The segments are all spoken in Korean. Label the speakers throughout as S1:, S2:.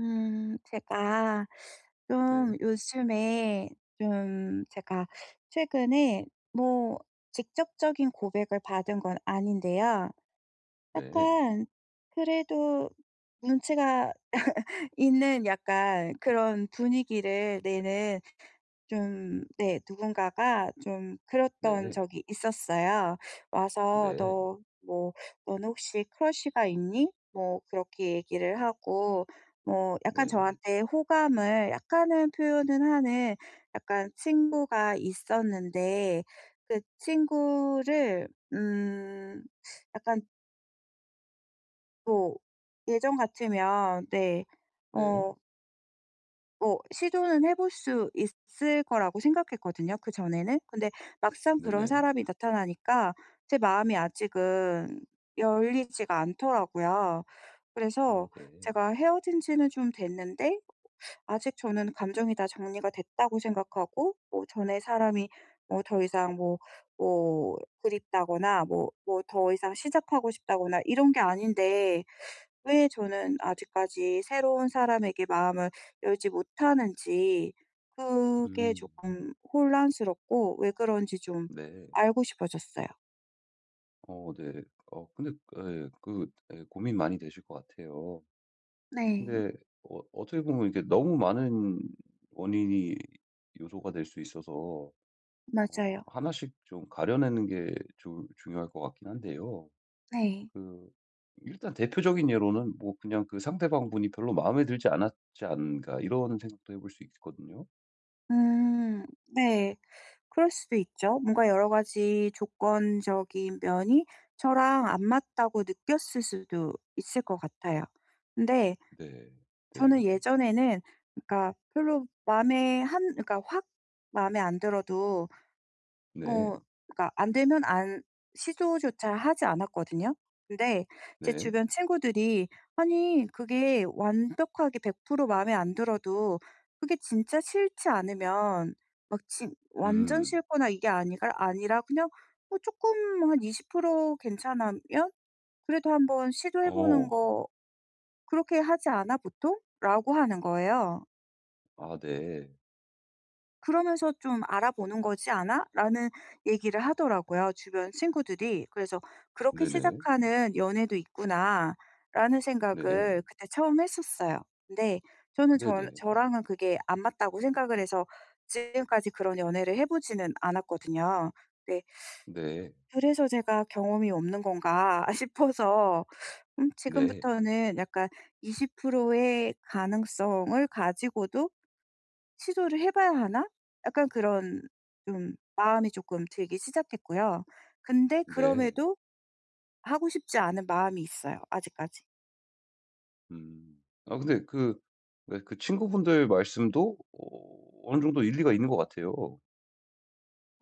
S1: 제가 좀
S2: 네.
S1: 요즘에 좀 제가 최근에 뭐 직접적인 고백을 받은 건 아닌데요.
S2: 네.
S1: 약간 그래도 눈치가 있는 약간 그런 분위기를 내는 좀 네 누군가가 좀 그랬던
S2: 네.
S1: 적이 있었어요. 와서
S2: 네.
S1: "너 뭐 너는 혹시 크러쉬가 있니?" 뭐 그렇게 얘기를 하고 뭐 약간
S2: 네.
S1: 저한테 호감을 약간은 표현은 하는 약간 친구가 있었는데 그 친구를 음 약간 또 예전 같으면 네
S2: 네.
S1: 어 어 시도는 해볼 수 있을 거라고 생각했거든요 그전에는. 근데 막상 그런
S2: 네네.
S1: 사람이 나타나니까 제 마음이 아직은 열리지가 않더라고요. 그래서
S2: 네.
S1: 제가 헤어진 지는 좀 됐는데 아직 저는 감정이 다 정리가 됐다고 생각하고 뭐 전에 사람이 뭐 더 이상 뭐 뭐 그립다거나 뭐 뭐 더 이상 시작하고 싶다거나 이런 게 아닌데 왜 저는 아직까지 새로운 사람에게 마음을 열지 못하는지 그게
S2: 음.
S1: 조금 혼란스럽고 왜 그런지 좀
S2: 네.
S1: 알고 싶어졌어요.
S2: 네. 근데 예 예 고민 많이 되실 것 같아요.
S1: 네.
S2: 근데 어떻게 보면 이게 너무 많은 원인이 요소가 될 수 있어서
S1: 맞아요.
S2: 하나씩 좀 가려내는 게 조 중요할 것 같긴 한데요.
S1: 네.
S2: 그 일단 대표적인 예로는 뭐 그냥 그 '상대방분이 별로 마음에 들지 않았지 않은가.' 이런 생각도 해볼 수 있거든요.
S1: 음. 네. 그럴 수도 있죠. 뭔가 여러 가지 조건적인 면이 저랑 안 맞다고 느꼈을 수도 있을 것 같아요. 근데
S2: 네. 네.
S1: 저는 예전에는 그러니까 별로 마음에 한 그러니까 확 마음에 안 들어도
S2: 네.
S1: 뭐 그러니까 안 되면 안 시도조차 하지 않았거든요. 근데 제
S2: 네.
S1: 주변 친구들이 "아니 그게 완벽하게 100% 마음에 안 들어도 그게 진짜 싫지 않으면 막 진 완전
S2: 음.
S1: 싫거나 이게 아니가 아니라 그냥 뭐 쪼끔 한 20% 괜찮으면 그래도 한번 시도해 보는
S2: 어.
S1: 거 그렇게 하지 않아 보통?"라고 하는 거예요.
S2: 아 네.
S1: "그러면서 좀 알아보는 거지 않아?"라는 얘기를 하더라고요, 주변 친구들이. 그래서 '그렇게
S2: 네네.
S1: 시작하는 연애도 있구나.'라는
S2: 네.
S1: 생각을 그때 처음 했었어요. 근데 저는 저
S2: 네네.
S1: 저랑은 그게 안 맞다고 생각을 해서 지금까지 그런 연애를 해 보지는 않았거든요. 네.
S2: 네.
S1: 그래서 제가 '경험이 없는 건가?' 싶어서
S2: 네.
S1: 지금부터는 약간 20%의 가능성을 가지고도 '시도를 해 봐야 하나?' 약간 그런 좀 마음이 조금 들기 시작했고요. 근데
S2: 네.
S1: 그럼에도 하고 싶지 않은 마음이 있어요 아직까지.
S2: 음. 아 근데 네, 그 친구분들 말씀도 어느 정도 일리가 있는 것 같아요.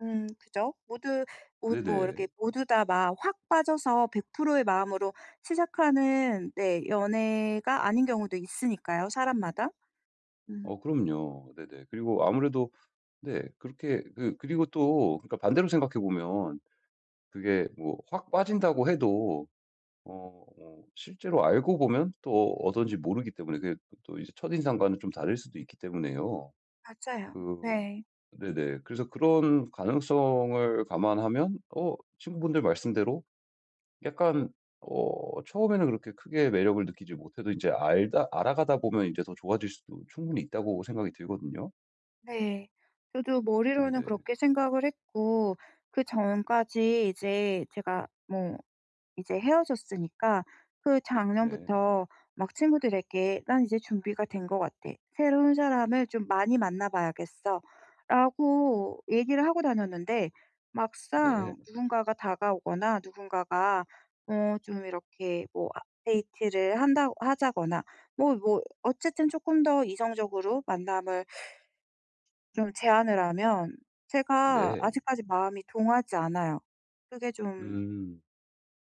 S1: 그죠? 모두 모 뭐
S2: 네네.
S1: 이렇게 모두 다 막 확 빠져서 100%의 마음으로 시작하는 네 연애가 아닌 경우도 있으니까요 사람마다. 음
S2: 그럼요. 네네. 그리고 아무래도 네 그렇게 그 그리고 또 그러니까 반대로 생각해 보면 그게 뭐 확 빠진다고 해도 실제로 알고 보면 또 어떤지 모르기 때문에 그게 또 이제 첫인상과는 좀 다를 수도 있기 때문에요.
S1: 맞아요.
S2: 그
S1: 네.
S2: 네네. 그래서 그런 가능성을 감안하면 친구분들 말씀대로 약간 처음에는 그렇게 크게 매력을 느끼지 못해도 이제 알다 알아가다 보면 이제 더 좋아질 수도 충분히 있다고 생각이 들거든요.
S1: 네. 저도 머리로는
S2: 네네.
S1: 그렇게 생각을 했고 그전까지 이제 제가 뭐 이제 헤어졌으니까 그
S2: 네.
S1: 작년부터 막 친구들에게 "난 이제 준비가 된 것 같아. 새로운 사람을 좀 많이 만나 봐야겠어."라고 얘기를 하고 다녔는데
S2: 네.
S1: 막상 누군가가 다가오거나 누군가가 좀 이렇게 뭐 아 데이트를 한다고 하자거나 뭐 뭐 어쨌든 조금 더 이성적으로 만남을 좀 제안을 하면 제가
S2: 네.
S1: 아직까지 마음이 동하지 않아요. 그게 좀
S2: 음.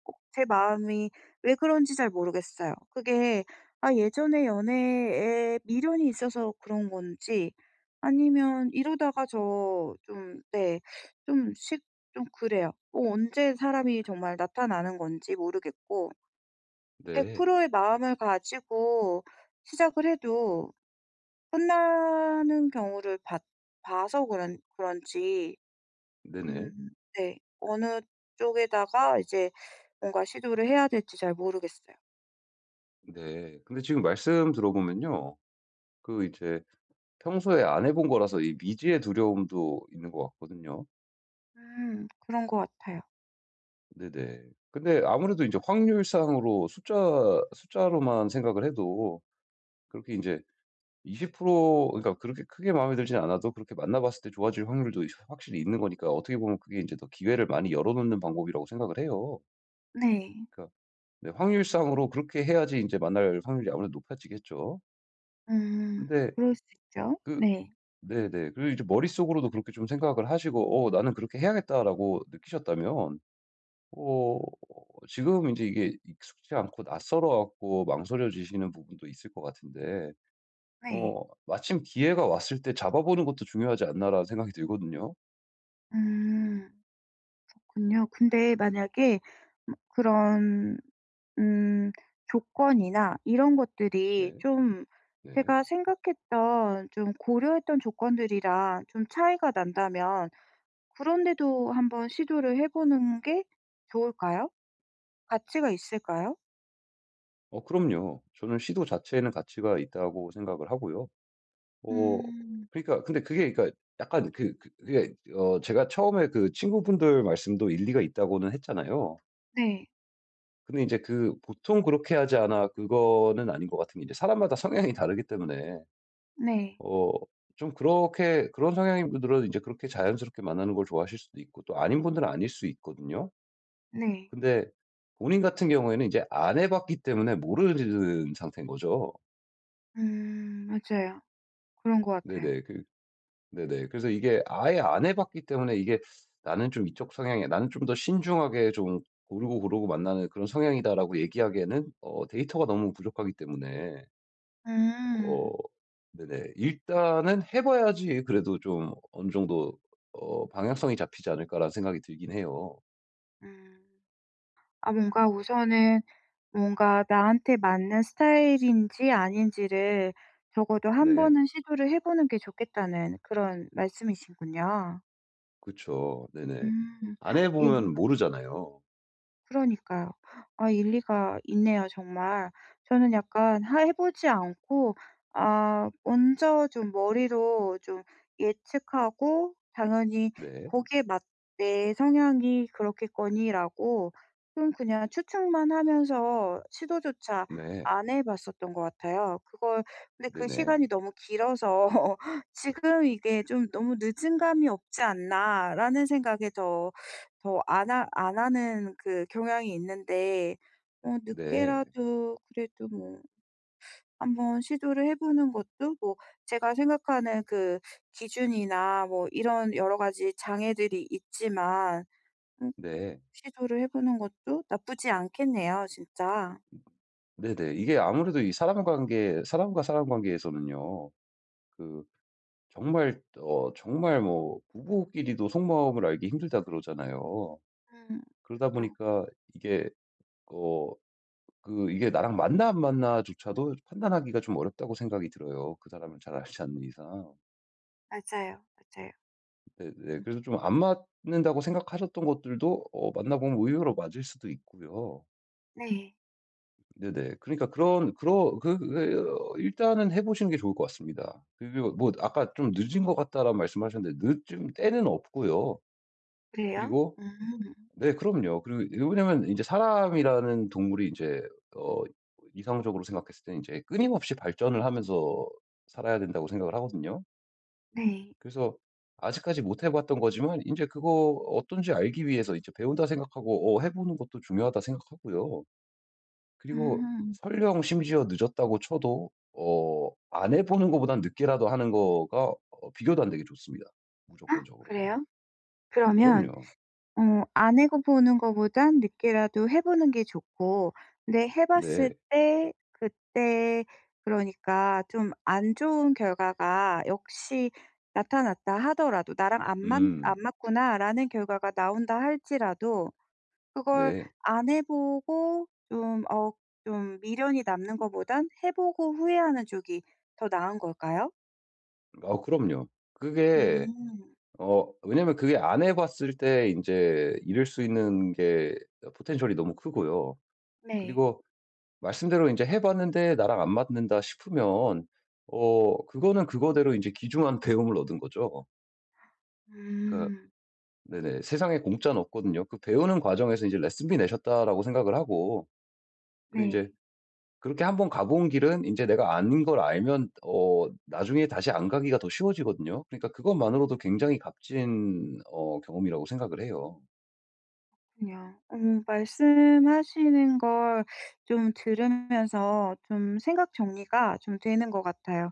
S1: 꼭 제 마음이 왜 그런지 잘 모르겠어요. 그게 아 예전에 연애에 미련이 있어서 그런 건지 아니면 이러다가 저 좀 네. 좀 식 좀 그래요. 뭐 언제 사람이 정말 나타나는 건지 모르겠고 100%
S2: 네.
S1: 의 마음을 가지고 시작을 해도 끝나는 경우를 봤 봐서 그런 그런지
S2: 네네.
S1: 음 네. 어느 쪽에다가 이제 뭔가 시도를 해야 될지 잘 모르겠어요.
S2: 네. 근데 지금 말씀 들어보면요. 이제 평소에 안 해본 거라서 이 미지의 두려움도 있는 것 같거든요.
S1: 그런 것 같아요.
S2: 네네. 근데 아무래도 이제 확률상으로 숫자로만 생각을 해도 그렇게 이제20% 그러니까 그렇게 크게 마음에 들진 않아도 그렇게 만나 봤을 때 좋아질 확률도 확실히 있는 거니까 어떻게 보면 그게 이제 더 기회를 많이 열어 놓는 방법이라고 생각을 해요.
S1: 네.
S2: 그러니까 네 확률상으로 그렇게 해야지 이제 만날 확률이 아무래도 높아지겠죠.
S1: 음
S2: 근데
S1: 그럴 수 있죠.
S2: 그
S1: 네.
S2: 네네. 그리고 이제 머릿속으로도 그렇게 좀 생각을 하시고 '어 나는 그렇게 해야겠다.'라고 느끼셨다면 어 지금 이제 이게 익숙지 않고 낯설어 갖고 망설여지시는 부분도 있을 것 같은데
S1: 네.
S2: 마침 기회가 왔을 때 잡아보는 것도 중요하지 않나라는 생각이 들거든요.
S1: 음 그렇군요. 근데 만약에 그런 음 조건이나 이런 것들이
S2: 네.
S1: 좀
S2: 네.
S1: 제가 생각했던 좀 고려했던 조건들이랑 좀 차이가 난다면 그런데도 한번 시도를 해 보는 게 좋을까요? 가치가 있을까요?
S2: 그럼요. 저는 시도 자체에는 가치가 있다고 생각을 하고요. 어
S1: 음.
S2: 그러니까 근데 그게 그러니까 약간 그 그 그게 어 제가 처음에 그 친구분들 말씀도 일리가 있다고는 했잖아요.
S1: 네.
S2: 근데 이제 그 보통 그렇게 하지 않아 그거는 아닌 것 같은 게제 사람마다 성향이 다르기 때문에
S1: 네.
S2: 어 좀 그렇게 그런 성향인 분들은 이제 그렇게 자연스럽게 만나는 걸 좋아하실 수도 있고 또 아닌 분들은 아닐 수 있거든요.
S1: 네.
S2: 근데 본인 같은 경우에는 이제 안 해 봤기 때문에 모르는 상태인 거죠.
S1: 맞아요. 그런 것 같아요.
S2: 네네. 네네. 그래서 이게 아예 안 해 봤기 때문에 이게 '나는 좀 이쪽 성향이야. 나는 좀 더 신중하게 좀 고르고 만나는 그런 성향이다.'라고 얘기하기에는 데이터가 너무 부족하기 때문에
S1: 음.
S2: 어 네네. 일단은 해 봐야지 그래도 좀 어느 정도 '방향성이 잡히지 않을까.'라는 생각이 들긴 해요.
S1: 음. 아 뭔가 우선은 뭔가 나한테 맞는 스타일인지 아닌지를 적어도 한
S2: 네.
S1: 번은 시도를 해 보는 게 좋겠다는 그런 말씀이신군요.
S2: 그쵸. 네네.
S1: 음.
S2: 안 해
S1: 예.
S2: 보면 모르잖아요.
S1: 그러니까요. 아 일리가 있네요 정말. 저는 약간 하 해 보지 않고 아 먼저 좀 머리로 좀 예측하고 당연히
S2: 네.
S1: 거기에 맞 '내 성향이 그렇겠거니.'라고 좀 그냥 추측만 하면서 시도조차
S2: 네.
S1: 안 해 봤었던 것 같아요. 그걸 근데 그
S2: 네네.
S1: 시간이 너무 길어서 '지금 이게 좀 너무 늦은 감이 없지 않나.'라는 생각에 더 안 하 안 하는 그 경향이 있는데 어
S2: 네.
S1: 늦게라도 그래도 뭐 한번 시도를 해 보는 것도 뭐 제가 생각하는 그 기준이나 뭐 이런 여러 가지 장애들이 있지만 음
S2: 네.
S1: 시도를 해 보는 것도 나쁘지 않겠네요 진짜.
S2: 네네. 이게 아무래도 이 사람 관계 사람과 사람 관계에서는요. 그 정말 정말 뭐 부부끼리도 속마음을 알기 힘들다 그러잖아요.
S1: 음
S2: 그러다
S1: 그죠.
S2: 보니까 이게 어 그 이게 나랑 맞나 안 맞나조차도 판단하기가 좀 어렵다고 생각이 들어요, 그 사람을 잘 알지 않는 이상.
S1: 맞아요, 맞아요. 음.
S2: 네네.
S1: 음.
S2: 그래서 좀 안 맞는다고 생각하셨던 것들도 만나보면 의외로 맞을 수도 있고요.
S1: 네.
S2: 네네. 그러니까 그런 그러 그 그 어, 일단은 해 보시는 게 좋을 것 같습니다. 그리고 뭐 아까 좀 "늦은 것 같다."라는 말씀하셨는데 늦은 때는 없고요.
S1: 그래요?
S2: 그리고
S1: 음.
S2: 네 그럼요. 그리고 이게 왜냐면 이제 사람이라는 동물이 이제 어 이상적으로 생각했을 때는 제 끊임없이 발전을 하면서 살아야 된다고 생각을 하거든요.
S1: 네.
S2: 그래서 아직까지 못해 봤던 거지만 이제 그거 어떤지 알기 위해서 이제 배운다 생각하고 해 보는 것도 중요하다 생각하고요. 그리고
S1: 음.
S2: 설령 심지어 늦었다고 쳐도 안 해 보는 것보단 늦게라도 하는 거가 비교도 안 되게 좋습니다
S1: 아,
S2: 무조건적으로.
S1: 그래요? 그러면
S2: 그럼요.
S1: 어 안 해 보는 거보단 늦게라도 해 보는 게 좋고 근데 해 봤을
S2: 네.
S1: 때 그때 그러니까 좀 안 좋은 결과가 역시 나타났다 하더라도 '나랑 안 맞 안
S2: 음.
S1: 맞구나.'라는 결과가 나온다 할지라도 그걸
S2: 네.
S1: 안 해 보고 좀 어 좀 미련이 남는 거보단 해 보고 후회하는 쪽이 더 나은 걸까요?
S2: 그럼요. 그게
S1: 음.
S2: 어 왜냐면 그게 안 해 봤을 때 이제 이룰 수 있는 게 포텐셜이 너무 크고요.
S1: 네.
S2: 그리고 말씀대로 이제 해 봤는데 '나랑 안 맞는다.' 싶으면 그거는 그거대로 이제 귀중한 배움을 얻은 거죠. 그러니까
S1: 음.
S2: 네네 세상에 공짜는 없거든요. 그 배우는 과정에서 이제 '레슨비 내셨다.'라고 생각을 하고 그제
S1: 네.
S2: 그렇게 한번 가본 길은 이제 내가 아는 걸 알면 나중에 다시 안 가기가 더 쉬워지거든요. 그러니까 그것만으로도 굉장히 값진 경험이라고 생각을 해요.
S1: 그냥어 말씀하시는 걸 좀 들으면서 좀 생각 정리가 좀 되는 것 같아요.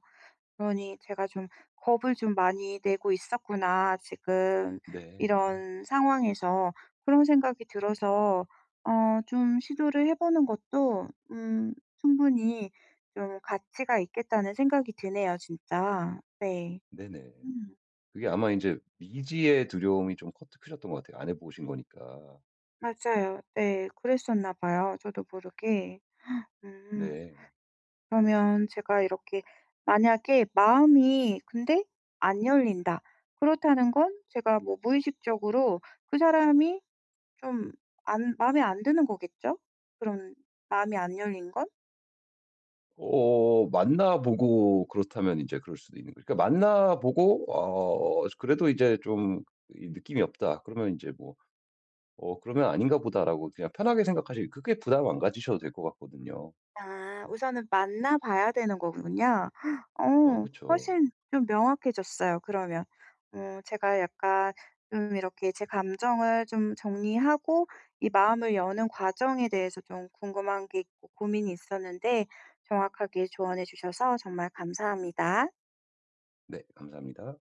S1: 그러니 제가 좀 '겁을 좀 많이 내고 있었구나, 지금
S2: 네.
S1: 이런 상황에서.' 그런 생각이 들어서 어 좀 시도를 해 보는 것도 충분히 좀 가치가 있겠다는 생각이 드네요, 진짜. 네.
S2: 네네.
S1: 음
S2: 그게 아마 인제 미지의 두려움이 좀 커트 크셨던 것 같아요. 안 해 보신 거니까.
S1: 맞아요. 네. 그랬었나 봐요, 저도 모르게. 음.
S2: 네.
S1: 그러면 제가 이렇게 만약에 마음이 근데 안 열린다. 그렇다는 건 제가 뭐 무의식적으로 그 사람이 좀 안 마음에 안 드는 거겠죠? 그런 마음이 안 열린 건?
S2: 만나 보고 그렇다면 인제 그럴 수도 있는 거죠. 그러니까 만나 보고 그래도 이제 좀 이 느낌이 없다. 그러면 인제 뭐 '어 그러면 아닌가 보다.'라고 그냥 편하게 생각하시 그렇게 부담 안 가지셔도 될 것 같거든요.
S1: 아 우선은 만나 봐야 되는 거군요. 어
S2: 그쵸.
S1: 훨씬 좀 명확해졌어요 그러면. 어 제가 약간 좀 이렇게 제 감정을 좀 정리하고 이 마음을 여는 과정에 대해서 좀 궁금한 게 있고 고민이 있었는데 정확하게 조언해 주셔서 정말 감사합니다.
S2: 네 감사합니다.